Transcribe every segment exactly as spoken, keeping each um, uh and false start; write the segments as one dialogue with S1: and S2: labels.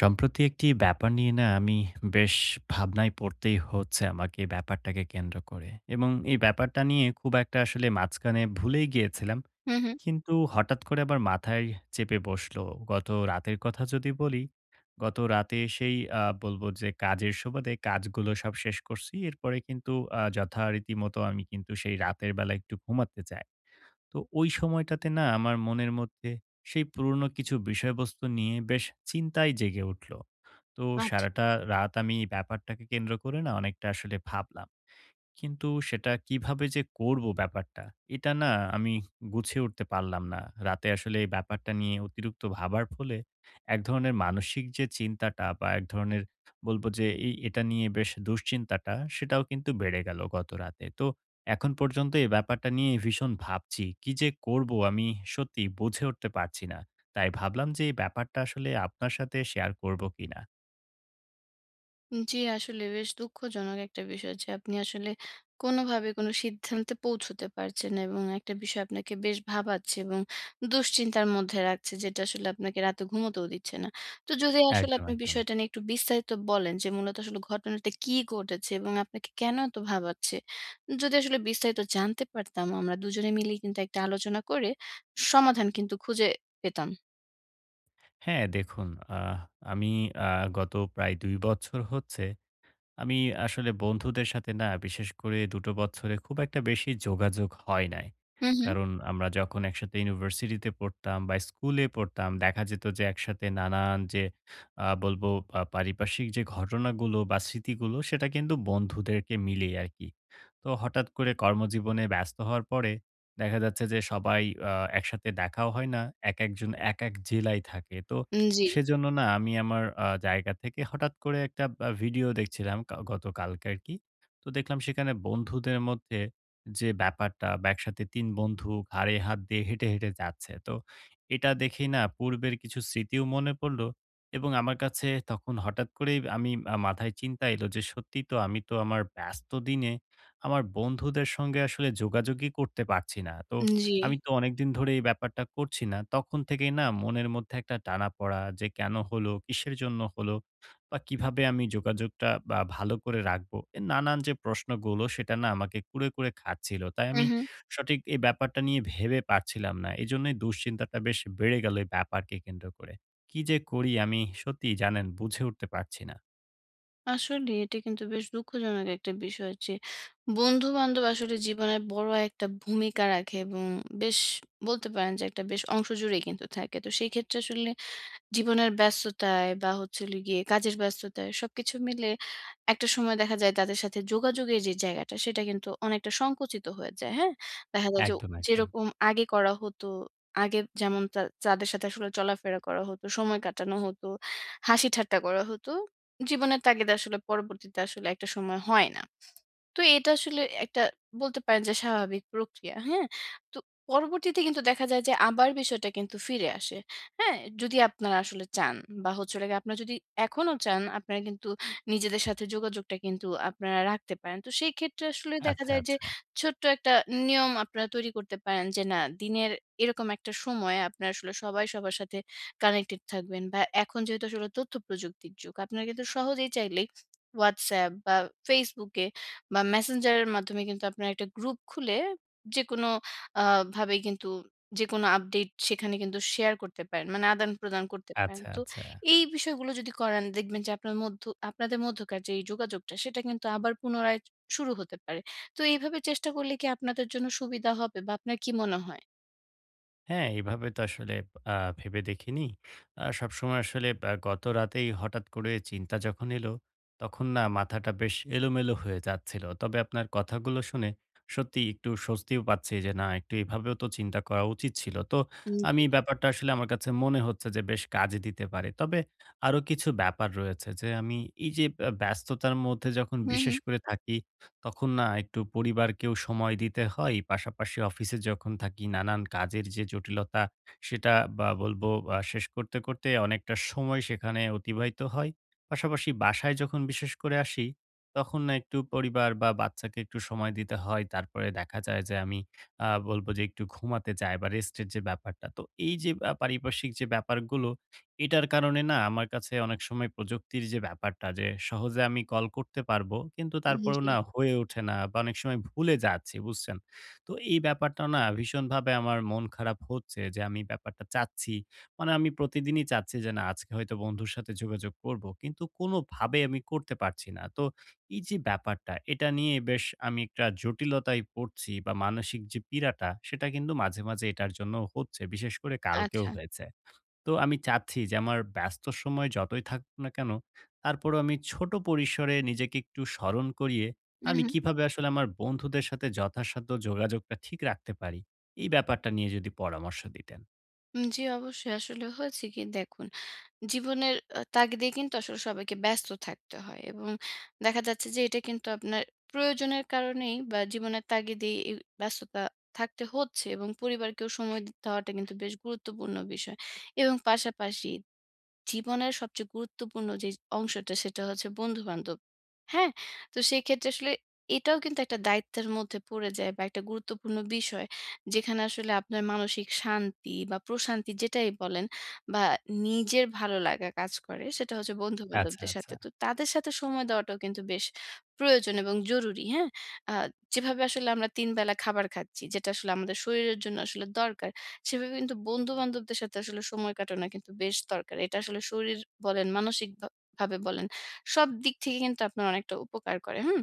S1: সম্প্রতি একটি ব্যাপার নিয়ে না আমি বেশ ভাবনায় পড়তেই হচ্ছে আমাকে এই ব্যাপারটাকে কেন্দ্র করে। এবং এই ব্যাপারটা নিয়ে খুব একটা আসলে মাঝখানে ভুলেই গিয়েছিলাম।
S2: হুম, হুম।
S1: কিন্তু হঠাৎ করে আবার মাথায় চেপে বসলো। গত রাতের কথা যদি বলি, গত রাতে সেই আ বলবো যে কাজের সুবাদে কাজগুলো সব শেষ করছি। এরপরে কিন্তু আ যথারীতি মতো আমি কিন্তু সেই রাতের বেলা একটু ঘুমাতে চাই। তো ওই সময়টাতে না আমার মনের মধ্যে সেই পুরনো কিছু বিষয়বস্তু নিয়ে বেশ চিন্তাই জেগে উঠলো। তো
S2: আচ্ছা।
S1: সারাটা রাত আমি এই ব্যাপারটাকে কেন্দ্র করে না অনেকটা আসলে ভাবলাম। কিন্তু সেটা কিভাবে যে করব ব্যাপারটা, এটা না আমি গুছিয়ে উঠতে পারলাম না। রাতে আসলে এই ব্যাপারটা নিয়ে অতিরিক্ত ভাবার ফলে এক ধরনের মানসিক যে চিন্তাটা বা এক ধরনের বলব যে এই এটা নিয়ে বেশ দুশ্চিন্তাটা সেটাও কিন্তু বেড়ে গেল গত রাতে। তো এখন পর্যন্ত এই ব্যাপারটা নিয়ে ভীষণ ভাবছি। কি যে করব আমি সত্যি বুঝে উঠতে পারছি না। তাই ভাবলাম যে এই ব্যাপারটা আসলে আপনার সাথে শেয়ার করব কিনা?
S2: জি, আসলে বেশ দুঃখজনক একটা বিষয় যে আপনি আসলে কোনোভাবে কোনো সিদ্ধান্তে পৌঁছতে পারছেন না, এবং একটা বিষয় আপনাকে বেশ ভাবাচ্ছে এবং দুশ্চিন্তার মধ্যে রাখছে, যেটা আসলে আপনাকে রাতে ঘুমোতেও দিচ্ছে না। তো যদি আসলে
S1: একদম,
S2: আপনি
S1: একদম।
S2: বিষয়টা নিয়ে একটু বিস্তারিত বলেন যে মূলত আসলে ঘটনাটা কি ঘটেছে এবং আপনাকে কেন এত ভাবাচ্ছে? যদি আসলে বিস্তারিত জানতে পারতাম, আমরা দুজনে মিলেই কিন্তু একটা আলোচনা করে সমাধান কিন্তু খুঁজে পেতাম।
S1: হ্যাঁ, দেখুন, আহ আমি আ গত প্রায় দুই বছর হচ্ছে আমি আসলে বন্ধুদের সাথে না, বিশেষ করে দুটো টো বছরে খুব একটা বেশি যোগাযোগ হয় নাই।
S2: হুম, হুম।
S1: কারণ আমরা যখন একসাথে ইউনিভার্সিটিতে পড়তাম বা স্কুলে পড়তাম, দেখা যেত যে একসাথে নানান যে আ বলবো পা পারিপার্শ্বিক যে ঘটনাগুলো বা স্মৃতিগুলো সেটা কিন্তু বন্ধুদেরকে মিলেই আরকি। তো হঠাৎ করে কর্মজীবনে ব্যস্ত হওয়ার পরে দেখা যাচ্ছে যে সবাই আ একসাথে দেখাও হয় না। একেকজন একেক জেলায় থাকে। তো
S2: জি,
S1: সেজন্য না আমি আমার আ জায়গা থেকে হঠাৎ করে একটা আ ভিডিও দেখছিলাম কা গতকালকে আরকি। তো দেখলাম সেখানে বন্ধুদের মধ্যে যে ব্যাপারটা, বা একসাথে তিন বন্ধু ঘাড়ে হাত দিয়ে হেঁটে, হেঁটে যাচ্ছে। তো এটা দেখেই না পূর্বের কিছু স্মৃতিও মনে পড়ল, এবং আমার কাছে তখন হঠাৎ করেই আমি আ মাথায় চিন্তা এলো যে সত্যিই তো আমি তো আমার ব্যস্ত দিনে আমার বন্ধুদের সঙ্গে আসলে যোগাযোগই করতে পারছি না। তো
S2: জি।
S1: আমি তো অনেকদিন ধরে এই ব্যাপারটা করছি না। তখন থেকেই না মনের মধ্যে একটা টানাপড়া, যে কেন হলো, কিসের জন্য হলো, বা কিভাবে আমি যোগাযোগটা বা ভালো করে রাখবো। এ নানান যে প্রশ্নগুলো সেটা না আমাকে কুরে, কুরে খাচ্ছিল। তাই
S2: হুম,
S1: আমি
S2: হুম।
S1: সঠিক এই ব্যাপারটা নিয়ে ভেবে পারছিলাম না। এজন্যই দুশ্চিন্তাটা বেশ বেড়ে গেল এই ব্যাপারকে কেন্দ্র করে। কি যে করি আমি সত্যিই জানেন বুঝে উঠতে পারছি না।
S2: আসলে এটা কিন্তু বেশ দুঃখজনক একটা বিষয় যে বন্ধু বান্ধব আসলে জীবনের বড় একটা ভূমিকা রাখে, এবং বেশ বলতে পারেন যে একটা বেশ অংশ জুড়ে কিন্তু থাকে। তো সেই ক্ষেত্রে আসলে জীবনের ব্যস্ততায় বা হচ্ছে হলো গিয়ে কাজের ব্যস্ততায় সবকিছু মিলে একটা সময় দেখা যায় তাদের সাথে যোগাযোগের যে জায়গাটা, সেটা কিন্তু অনেকটা সংকুচিত হয়ে যায়। হ্যাঁ? দেখা যায় যে
S1: একদম, একদম।
S2: যেরকম আগে করা হতো, আগে যেমন তা তাদের সাথে আসলে চলাফেরা করা হতো, সময় কাটানো হতো, হাসি ঠাট্টা করা হতো। জীবনের তাগিদে আসলে পরবর্তীতে আসলে একটা সময় হয় না। তো এটা আসলে একটা বলতে পারেন যে স্বাভাবিক প্রক্রিয়া। হ্যাঁ? তো পরবর্তীতে কিন্তু দেখা যায় যে আবার বিষয়টা কিন্তু ফিরে আসে। হ্যাঁ? যদি আপনারা আসলে চান বা হচ্ছে হলো গিয়ে আপনারা যদি এখনো চান, আপনারা কিন্তু নিজেদের সাথে যোগাযোগটা কিন্তু আপনারা রাখতে পারেন। তো সেই ক্ষেত্রে আসলে দেখা
S1: আচ্ছা,
S2: যায় যে
S1: আচ্ছা,
S2: ছোট্ট একটা নিয়ম আপনারা তৈরি করতে পারেন যে না দিনের এরকম একটা সময় আপনারা আসলে সবাই সবার সাথে কানেক্টেড থাকবেন, বা এখন যেহেতু আসলে তথ্যপ্রযুক্তির যুগ, আপনারা কিন্তু সহজেই চাইলেই WhatsApp বা Facebook এ বা Messenger এর মাধ্যমে কিন্তু আপনারা একটা গ্রুপ খুলে যেকোনো আ ভাবেই কিন্তু যেকোনো আপডেট সেখানে কিন্তু শেয়ার করতে পারেন। মানে আদান-প্রদান করতে পারেন।
S1: আচ্ছা,
S2: তো
S1: আচ্ছা।
S2: এই বিষয়গুলো যদি করেন, দেখবেন যে আপনার মধ্য আপনাদের মধ্যকার যে এই যোগাযোগটা সেটা কিন্তু আবার পুনরায় শুরু হতে পারে। তো এইভাবে চেষ্টা করলে কি আপনাদের জন্য সুবিধা হবে, বা আপনার কি মনে হয়?
S1: হ্যাঁ, এভাবে তো আসলে আ ভেবে দেখিনি। আ সবসময় আসলে আ গত রাতেই হঠাৎ করে চিন্তা যখন এলো, তখন না মাথাটা বেশ এলোমেলো হয়ে যাচ্ছিল। তবে আপনার কথাগুলো শুনে সত্যিই একটু স্বস্তিও পাচ্ছি যে না একটু এভাবেও তো চিন্তা করা উচিত ছিল। তো
S2: উম জি।
S1: আমি ব্যাপারটা আসলে আমার কাছে মনে হচ্ছে যে বেশ কাজে দিতে পারে। তবে আরো কিছু ব্যাপার রয়েছে যে আমি এই যে আ ব্যস্ততার মধ্যে যখন
S2: হুম,
S1: বিশেষ
S2: হুম।
S1: করে থাকি, তখন না একটু পরিবারকেও সময় দিতে হয়। পাশাপাশি অফিসে যখন থাকি, নানান কাজের যে জটিলতা সেটা বা বলবো আ শেষ করতে, করতে অনেকটা সময় সেখানে অতিবাহিত হয়। পাশাপাশি বাসায় যখন বিশেষ করে আসি, তখন না একটু পরিবার বা বাচ্চাকে একটু সময় দিতে হয়। তারপরে দেখা যায় যে আমি আ বলব যে একটু ঘুমাতে যাই বা রেস্টের যে ব্যাপারটা। তো এই যে আ পারিপার্শ্বিক যে ব্যাপারগুলো, এটার কারণে না আমার কাছে অনেক সময় প্রযুক্তির যে ব্যাপারটা, যে সহজে আমি কল করতে পারবো, কিন্তু
S2: উম
S1: তারপরেও
S2: জি।
S1: না হয়ে ওঠে না, বা অনেক সময় ভুলে যাচ্ছি, বুঝছেন? তো এই ব্যাপারটা না ভীষণভাবে আমার মন খারাপ হচ্ছে যে আমি ব্যাপারটা চাচ্ছি। মানে আমি প্রতিদিনই চাচ্ছি যে না আজকে হয়তো বন্ধুর সাথে যোগাযোগ করব, কিন্তু কোনোভাবে আমি করতে পারছি না। তো এই যে ব্যাপারটা, এটা নিয়ে বেশ আমি একটা জটিলতায় পড়ছি, বা মানসিক যে পীড়াটা সেটা কিন্তু মাঝে মাঝে এটার জন্য হচ্ছে, বিশেষ করে কালকেও
S2: আচ্ছা।
S1: হয়েছে। তো আমি চাচ্ছি যে আমার ব্যস্ত সময় যতই থাকুক না কেন, তারপরেও আমি ছোট পরিসরে নিজেকে একটু স্মরণ করিয়ে
S2: উম
S1: আমি
S2: হুম।
S1: কিভাবে আসলে আমার বন্ধুদের সাথে যথাসাধ্য যোগাযোগটা ঠিক রাখতে পারি? এই ব্যাপারটা নিয়ে যদি পরামর্শ দিতেন।
S2: উম জি, অবশ্যই। আসলে হয়েছে কি, দেখুন জীবনের আ তাগিদেই কিন্তু আসলে সবাইকে ব্যস্ত থাকতে হয়, এবং দেখা যাচ্ছে যে এটা কিন্তু আপনার প্রয়োজনের কারণেই বা জীবনের তাগিদেই এই ব্যস্ততা থাকতে হচ্ছে, এবং পরিবারকেও সময় দিতে হওয়াটা কিন্তু বেশ গুরুত্বপূর্ণ বিষয়, এবং পাশাপাশি জীবনের সবচেয়ে গুরুত্বপূর্ণ যে অংশটা, সেটা হচ্ছে বন্ধু-বান্ধব। হ্যাঁ? তো সেক্ষেত্রে আসলে এটাও কিন্তু একটা দায়িত্বের মধ্যে পড়ে যায় বা একটা গুরুত্বপূর্ণ বিষয়। যেখানে আসলে আপনার মানসিক শান্তি বা প্রশান্তি যেটাই বলেন বা নিজের ভালো লাগা কাজ করে, সেটা হচ্ছে
S1: আচ্ছা,
S2: বন্ধু-বান্ধবদের
S1: আচ্ছা।
S2: সাথে। তো তাদের সাথে সময় দেওয়াটাও কিন্তু বেশ প্রয়োজন এবং জরুরি। হ্যাঁ? আ যেভাবে আসলে আমরা তিন বেলা খাবার খাচ্ছি, যেটা আসলে আমাদের শরীরের জন্য আসলে দরকার, সেভাবে কিন্তু বন্ধু-বান্ধবদের সাথে আসলে সময় কাটানো কিন্তু বেশ দরকার। এটা আসলে শরীর বলেন, মানসিক ভা ভাবে বলেন, সব দিক থেকে কিন্তু আপনার অনেকটা উপকার করে। হুম?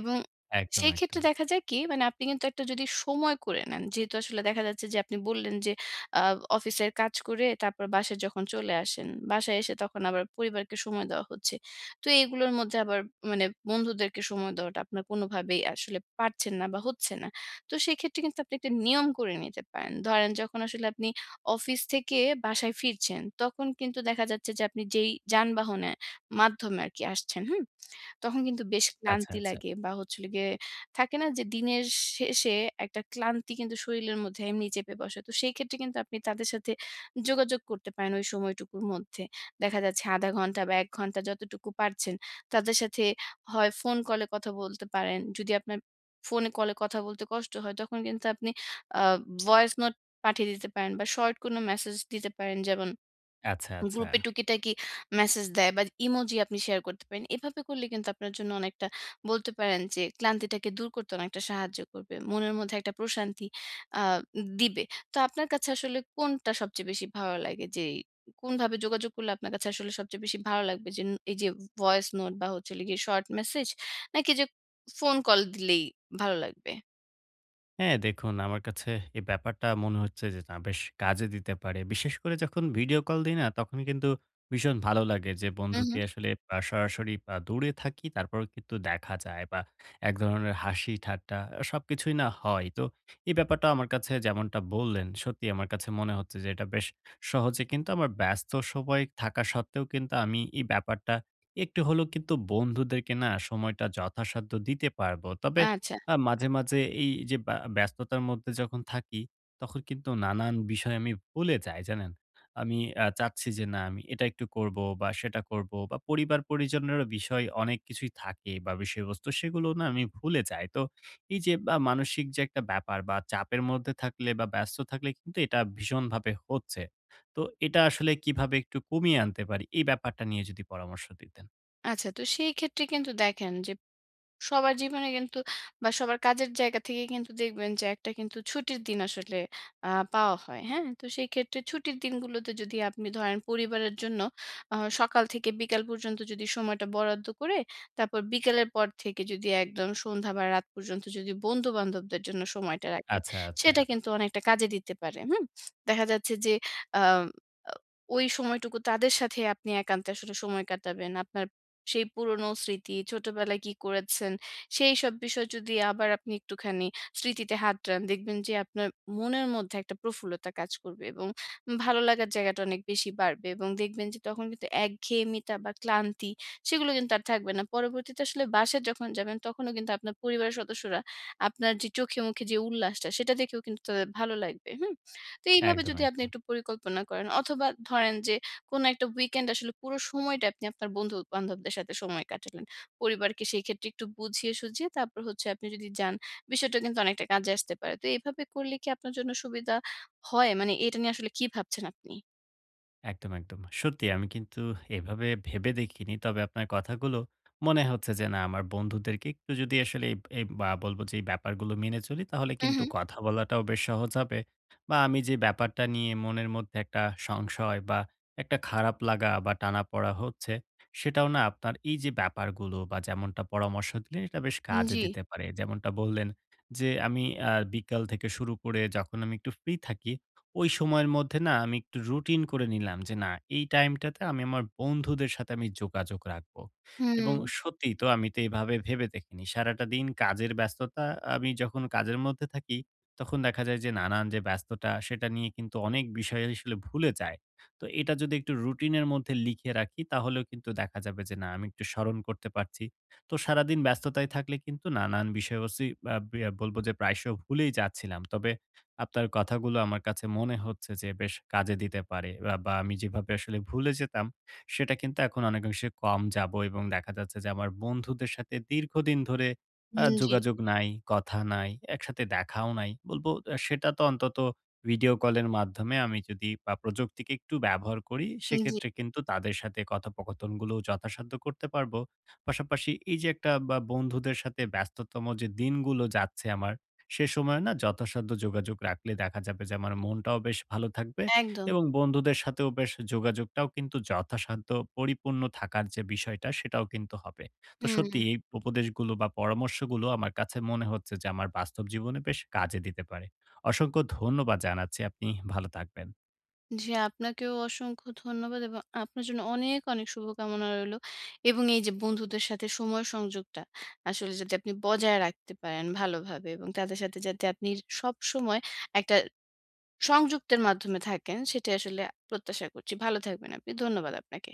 S2: এবং
S1: একদম,
S2: সেই ক্ষেত্রে
S1: একদম।
S2: দেখা যায় কি, মানে আপনি কিন্তু একটা যদি সময় করে নেন, যেহেতু আসলে দেখা যাচ্ছে যে আপনি বললেন যে আ অফিসের কাজ করে তারপর বাসায় যখন চলে আসেন, বাসায় এসে তখন আবার পরিবারকে সময় দেওয়া হচ্ছে। তো এগুলোর মধ্যে আবার মানে বন্ধুদেরকে সময় দেওয়াটা আপনার কোনোভাবেই আসলে পারছেন না বা হচ্ছে না। তো সেক্ষেত্রে কিন্তু আপনি একটা নিয়ম করে নিতে পারেন। ধরেন যখন আসলে আপনি অফিস থেকে বাসায় ফিরছেন, তখন কিন্তু দেখা যাচ্ছে যে আপনি যেই যানবাহনের মাধ্যমে আরকি আসছেন, হুম? তখন কিন্তু বেশ
S1: আচ্ছা,
S2: ক্লান্তি
S1: আচ্ছা।
S2: লাগে বা হচ্ছে হলো গিয়ে থাকে না যে দিনের শেষে একটা ক্লান্তি কিন্তু শরীরের মধ্যে এমনি চেপে বসে। তো সেই ক্ষেত্রে কিন্তু আপনি তাদের সাথে যোগাযোগ করতে পারেন ওই সময়টুকুর মধ্যে। দেখা যাচ্ছে শূন্য দশমিক পাঁচ ঘন্টা বা এক ঘন্টা যতটুকু পারছেন তাদের সাথে হয় ফোন কলে কথা বলতে পারেন। যদি আপনার ফোনে কলে কথা বলতে কষ্ট হয়, তখন কিন্তু আপনি আ ভয়েস নোট পাঠিয়ে দিতে পারেন বা শর্ট কোনো মেসেজ দিতে পারেন, যেমন
S1: আচ্ছা, আচ্ছা।
S2: গ্রুপে টুকিটাকি মেসেজ দেয় বা ইমোজি আপনি শেয়ার করতে পারেন। এভাবে করলে কিন্তু আপনার জন্য অনেকটা বলতে পারেন যে ক্লান্তিটাকে দূর করতে অনেকটা সাহায্য করবে। মনের মধ্যে একটা প্রশান্তি আ দিবে। তো আপনার কাছে আসলে কোনটা সবচেয়ে বেশি ভালো লাগে? যে কোনভাবে যোগাযোগ করলে আপনার কাছে আসলে সবচেয়ে বেশি ভালো লাগবে? যে এই যে ভয়েস নোট বা হচ্ছে হলো গিয়ে শর্ট মেসেজ, নাকি যে ফোন কল দিলেই ভালো লাগবে?
S1: হ্যাঁ, দেখুন, আমার কাছে এই ব্যাপারটা মনে হচ্ছে যে না বেশ কাজে দিতে পারে। বিশেষ করে যখন ভিডিও কল দিই না, তখন কিন্তু ভীষণ ভালো লাগে যে
S2: হু, হু।
S1: বন্ধুকে আসলে আ সরাসরি আ দূরে থাকি, তারপরেও কিন্তু দেখা যায়, বা এক ধরনের হাসি ঠাট্টা সবকিছুই না হয়। তো এই ব্যাপারটা আমার কাছে, যেমনটা বললেন, সত্যি আমার কাছে মনে হচ্ছে যে এটা বেশ সহজে কিন্তু আমার ব্যস্ত সময় থাকা সত্ত্বেও কিন্তু আমি এই ব্যাপারটা একটু হলেও কিন্তু বন্ধুদেরকে না সময়টা যথাসাধ্য দিতে পারবো। তবে
S2: আচ্ছা,
S1: আ মাঝে, মাঝে এই যে বা ব্যস্ততার মধ্যে যখন থাকি, তখন কিন্তু নানান বিষয় আমি ভুলে যাই, জানেন? আমি আ চাচ্ছি যে না আমি এটা একটু করব বা সেটা করব, বা পরিবার-পরিজনেরও বিষয় অনেক কিছুই থাকে, বা বিষয়বস্তু সেগুলো না আমি ভুলে যাই। তো এই যে বা মানসিক যে একটা ব্যাপার বা চাপের মধ্যে থাকলে বা ব্যস্ত থাকলে কিন্তু এটা ভীষণভাবে হচ্ছে। তো এটা আসলে কিভাবে একটু কমিয়ে আনতে পারি? এই ব্যাপারটা নিয়ে যদি পরামর্শ দিতেন।
S2: আচ্ছা। তো সেই ক্ষেত্রে কিন্তু দেখেন যে সবার জীবনে কিন্তু বা সবার কাজের জায়গা থেকে কিন্তু দেখবেন যে একটা কিন্তু ছুটির দিন আসলে আহ, পাওয়া হয়। হ্যাঁ? তো সেই ক্ষেত্রে ছুটির দিনগুলোতে যদি আপনি ধরেন পরিবারের জন্য আহ, সকাল থেকে বিকাল পর্যন্ত যদি সময়টা বরাদ্দ করে তারপর বিকালের পর থেকে যদি একদম সন্ধ্যা বা রাত পর্যন্ত যদি বন্ধু বান্ধবদের জন্য সময়টা রাখেন,
S1: আচ্ছা, আচ্ছা।
S2: সেটা কিন্তু অনেকটা কাজে দিতে পারে। হুম? দেখা যাচ্ছে যে আহ ওই সময়টুকু তাদের সাথে আপনি একান্তে আসলে সময় কাটাবেন। আপনার সেই পুরনো স্মৃতি, ছোটবেলায় কি করেছেন, সেইসব বিষয় যদি আবার আপনি একটুখানি স্মৃতিতে হাত দেন, দেখবেন যে আপনার মনের মধ্যে একটা প্রফুল্লতা কাজ করবে এবং ভালো লাগার জায়গাটা অনেক বেশি বাড়বে, এবং দেখবেন যে তখন কিন্তু একঘেয়েমিতা বা ক্লান্তি সেগুলো কিন্তু আর থাকবে না। পরবর্তীতে আসলে বাসায় যখন যাবেন, তখনও কিন্তু আপনার পরিবারের সদস্যরা আপনার যে চোখে মুখে যে উল্লাসটা, সেটা দেখেও কিন্তু তাদের ভালো লাগবে। হুম? তো এইভাবে
S1: একদম,
S2: যদি আপনি
S1: একদম।
S2: একটু পরিকল্পনা করেন, অথবা ধরেন যে কোন একটা weekend আসলে পুরো সময়টা আপনি আপনার বন্ধু-বান্ধবদের সাথে সময় কাটালেন, পরিবারকে সেই ক্ষেত্রে একটু বুঝিয়ে সুঝিয়ে তারপর হচ্ছে আপনি যদি যান, বিষয়টা কিন্তু অনেকটা কাজে আসতে পারে। তো এভাবে করলে কি আপনার জন্য সুবিধা হয়? মানে এটা নিয়ে আসলে কি ভাবছেন আপনি?
S1: একদম, একদম। সত্যি আমি কিন্তু এভাবে ভেবে দেখিনি। তবে আপনার কথাগুলো মনে হচ্ছে যে না আমার বন্ধুদেরকে একটু যদি আসলে এই এই বা বলবো যে এই ব্যাপারগুলো মেনে চলি, তাহলে
S2: হু, হু।
S1: কিন্তু কথা বলাটাও বেশ সহজ হবে। বা আমি যে ব্যাপারটা নিয়ে মনের মধ্যে একটা সংশয় বা একটা খারাপ লাগা বা টানাপড়া হচ্ছে, সেটাও না আপনার এই যে ব্যাপারগুলো বা যেমনটা পরামর্শ দিলেন, এটা বেশ কাজে
S2: জি।
S1: দিতে পারে। যেমনটা বললেন যে আমি আ বিকাল থেকে শুরু করে যখন আমি একটু ফ্রি থাকি, ওই সময়ের মধ্যে না আমি একটু রুটিন করে নিলাম যে না এই টাইমটাতে আমি আমার বন্ধুদের সাথে আমি যোগাযোগ রাখবো। এবং
S2: হুম,
S1: সত্যি তো আমি তো এভাবে ভেবে দেখিনি। সারাটা দিন কাজের ব্যস্ততা, আমি যখন কাজের মধ্যে থাকি, তখন দেখা যায় যে নানান যে ব্যস্ততা সেটা নিয়ে কিন্তু অনেক বিষয় আসলে ভুলে যায়। তো এটা যদি একটু রুটিনের মধ্যে লিখে রাখি, তাহলেও কিন্তু দেখা যাবে যে না আমি একটু স্মরণ করতে পারছি। তো সারাদিন ব্যস্ততায় থাকলে কিন্তু নানান বিষয়বস্তু, আহ, বি- বলবো যে প্রায়শ ভুলেই যাচ্ছিলাম। তবে আপনার কথাগুলো আমার কাছে মনে হচ্ছে যে বেশ কাজে দিতে পারে, বা, বা আমি যেভাবে আসলে ভুলে যেতাম, সেটা কিন্তু এখন অনেকাংশে কম যাব। এবং দেখা যাচ্ছে যে আমার বন্ধুদের সাথে দীর্ঘদিন ধরে আহ,
S2: হুম, জি,
S1: যোগাযোগ নাই, কথা নাই, একসাথে দেখাও নাই, বলবো আহ, সেটা তো অন্তত ভিডিও কলের মাধ্যমে আমি যদি বা প্রযুক্তিকে একটু ব্যবহার করি,
S2: জি,
S1: সেক্ষেত্রে কিন্তু তাদের সাথে কথোপকথনগুলো যথাসাধ্য করতে পারবো। পাশাপাশি এই যে একটা বা বন্ধুদের সাথে ব্যস্ততম যে দিনগুলো যাচ্ছে আমার, সে সময় না যথাসাধ্য যোগাযোগ রাখলে দেখা যাবে যে আমার মনটাও বেশ ভালো থাকবে।
S2: একদম।
S1: এবং বন্ধুদের সাথেও বেশ যোগাযোগটাও কিন্তু যথাসাধ্য পরিপূর্ণ থাকার যে বিষয়টা, সেটাও কিন্তু হবে। তো
S2: হুম।
S1: সত্যি এই উপদেশগুলো বা পরামর্শগুলো আমার কাছে মনে হচ্ছে যে আমার বাস্তব জীবনে বেশ কাজে দিতে পারে। অসংখ্য ধন্যবাদ জানাচ্ছি। আপনি ভালো থাকবেন।
S2: জি, আপনাকেও অসংখ্য ধন্যবাদ এবং আপনার জন্য অনেক, অনেক শুভকামনা রইলো। এবং এই যে বন্ধুদের সাথে সময় সংযোগটা আসলে যাতে আপনি বজায় রাখতে পারেন ভালোভাবে, এবং তাদের সাথে যাতে আপনি সবসময় একটা সংযুক্তের মাধ্যমে থাকেন, সেটাই আসলে প্রত্যাশা করছি। ভালো থাকবেন আপনি। ধন্যবাদ আপনাকে।